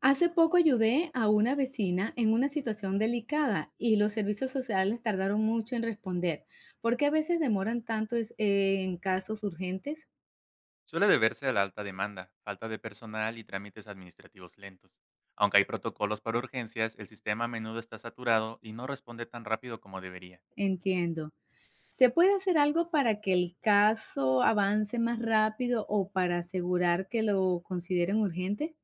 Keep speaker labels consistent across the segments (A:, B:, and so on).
A: Hace poco ayudé a una vecina en una situación delicada y los servicios sociales tardaron mucho en responder. ¿Por qué a veces demoran tanto en casos urgentes?
B: Suele deberse a la alta demanda, falta de personal y trámites administrativos lentos. Aunque hay protocolos para urgencias, el sistema a menudo está saturado y no responde tan rápido como debería.
A: Entiendo. ¿Se puede hacer algo para que el caso avance más rápido o para asegurar que lo consideren urgente?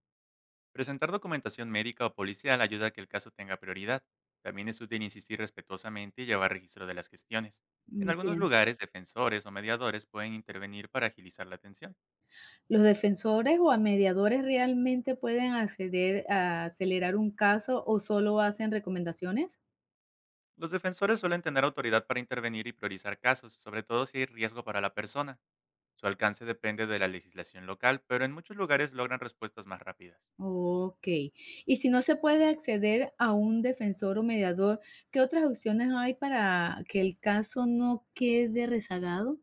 B: Presentar documentación médica o policial ayuda a que el caso tenga prioridad. También es útil insistir respetuosamente y llevar registro de las gestiones. En algunos
A: Entiendo.
B: lugares, defensores o mediadores pueden intervenir para agilizar la atención.
A: ¿Los defensores o a mediadores realmente pueden acceder a acelerar un caso o solo hacen recomendaciones?
B: Los defensores suelen tener autoridad para intervenir y priorizar casos, sobre todo si hay riesgo para la persona. Su alcance depende de la legislación local, pero en muchos lugares logran respuestas más rápidas.
A: Ok. Y si no se puede acceder a un defensor o mediador, ¿qué otras opciones hay para que el caso no quede rezagado?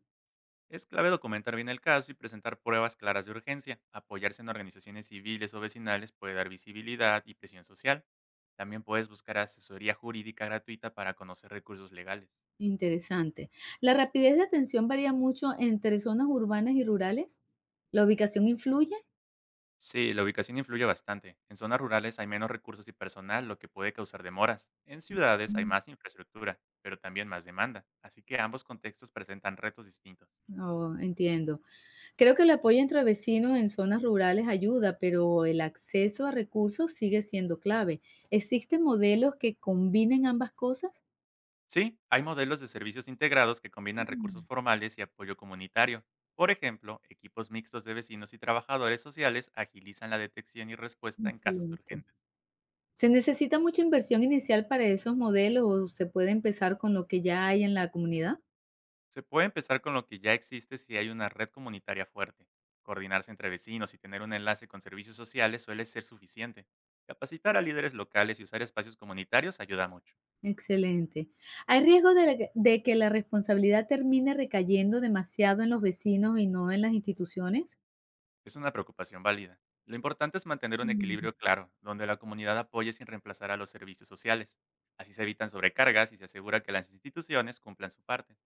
B: Es clave documentar bien el caso y presentar pruebas claras de urgencia. Apoyarse en organizaciones civiles o vecinales puede dar visibilidad y presión social. También puedes buscar asesoría jurídica gratuita para conocer recursos legales.
A: Interesante. ¿La rapidez de atención varía mucho entre zonas urbanas y rurales? ¿La ubicación influye?
B: Sí, la ubicación influye bastante. En zonas rurales hay menos recursos y personal, lo que puede causar demoras. En ciudades hay
A: Mm.
B: más infraestructura, pero también más demanda. Así que ambos contextos presentan retos distintos.
A: Oh, entiendo. Creo que el apoyo entre vecinos en zonas rurales ayuda, pero el acceso a recursos sigue siendo clave. ¿Existen modelos que combinen ambas cosas?
B: Sí, hay modelos de servicios integrados que combinan recursos
A: Mm.
B: formales y apoyo comunitario. Por ejemplo, equipos mixtos de vecinos y trabajadores sociales agilizan la detección y respuesta en casos
A: Excelente.
B: urgentes.
A: ¿Se necesita mucha inversión inicial para esos modelos o se puede empezar con lo que ya hay en la comunidad?
B: Se puede empezar con lo que ya existe si hay una red comunitaria fuerte. Coordinarse entre vecinos y tener un enlace con servicios sociales suele ser suficiente. Capacitar a líderes locales y usar espacios comunitarios ayuda mucho.
A: Excelente. ¿Hay riesgo de que la responsabilidad termine recayendo demasiado en los vecinos y no en las instituciones?
B: Es una preocupación válida. Lo importante es mantener un
A: Mm.
B: equilibrio claro, donde la comunidad apoye sin reemplazar a los servicios sociales. Así se evitan sobrecargas y se asegura que las instituciones cumplan su parte.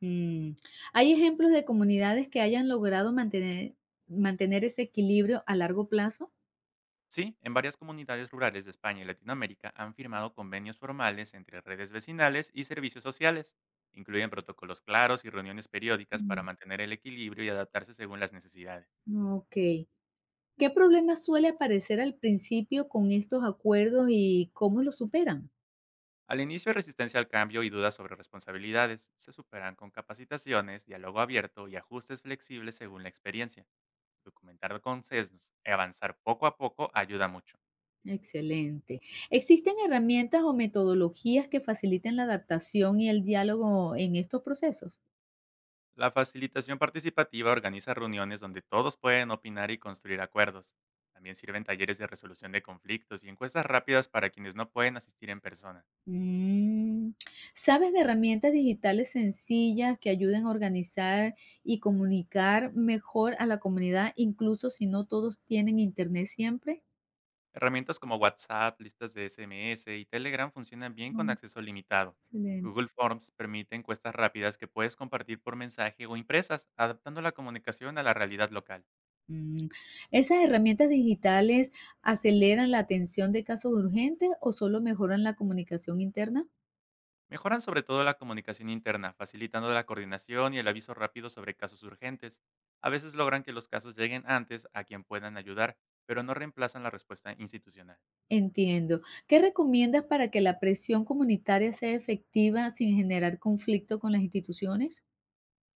A: Mm. ¿Hay ejemplos de comunidades que hayan logrado mantener ese equilibrio a largo plazo?
B: Sí, en varias comunidades rurales de España y Latinoamérica han firmado convenios formales entre redes vecinales y servicios sociales. Incluyen protocolos claros y reuniones periódicas para
A: Mm.
B: mantener el equilibrio y adaptarse según las necesidades.
A: Ok. ¿Qué problema suele aparecer al principio con estos acuerdos y cómo los superan?
B: Al inicio hay resistencia al cambio y dudas sobre responsabilidades. Se superan con capacitaciones, diálogo abierto y ajustes flexibles según la experiencia. Documentar consensos y avanzar poco a poco ayuda mucho.
A: Excelente. ¿Existen herramientas o metodologías que faciliten la adaptación y el diálogo en estos procesos?
B: La facilitación participativa organiza reuniones donde todos pueden opinar y construir acuerdos. También sirven talleres de resolución de conflictos y encuestas rápidas para quienes no pueden asistir en persona.
A: Mm. ¿Sabes de herramientas digitales sencillas que ayuden a organizar y comunicar mejor a la comunidad, incluso si no todos tienen internet siempre?
B: Herramientas como WhatsApp, listas de SMS y Telegram funcionan bien con
A: Mm.
B: acceso limitado.
A: Excelente.
B: Google Forms permite encuestas rápidas que puedes compartir por mensaje o impresas, adaptando la comunicación a la realidad local.
A: Mm. ¿Esas herramientas digitales aceleran la atención de casos urgentes o solo mejoran la comunicación interna?
B: Mejoran sobre todo la comunicación interna, facilitando la coordinación y el aviso rápido sobre casos urgentes. A veces logran que los casos lleguen antes a quien puedan ayudar, pero no reemplazan la respuesta institucional.
A: Entiendo. ¿Qué recomiendas para que la presión comunitaria sea efectiva sin generar conflicto con las instituciones?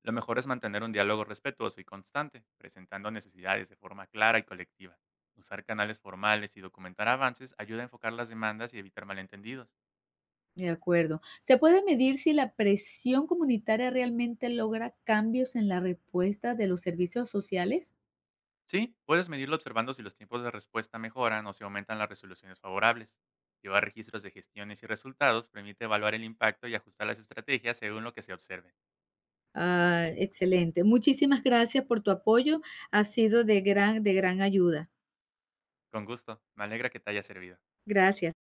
B: Lo mejor es mantener un diálogo respetuoso y constante, presentando necesidades de forma clara y colectiva. Usar canales formales y documentar avances ayuda a enfocar las demandas y evitar malentendidos.
A: De acuerdo. ¿Se puede medir si la presión comunitaria realmente logra cambios en la respuesta de los servicios sociales?
B: Sí, puedes medirlo observando si los tiempos de respuesta mejoran o si aumentan las resoluciones favorables. Llevar registros de gestiones y resultados permite evaluar el impacto y ajustar las estrategias según lo que se observe.
A: Ah, excelente. Muchísimas gracias por tu apoyo. Ha sido de gran ayuda.
B: Con gusto, me alegra que te haya servido.
A: Gracias.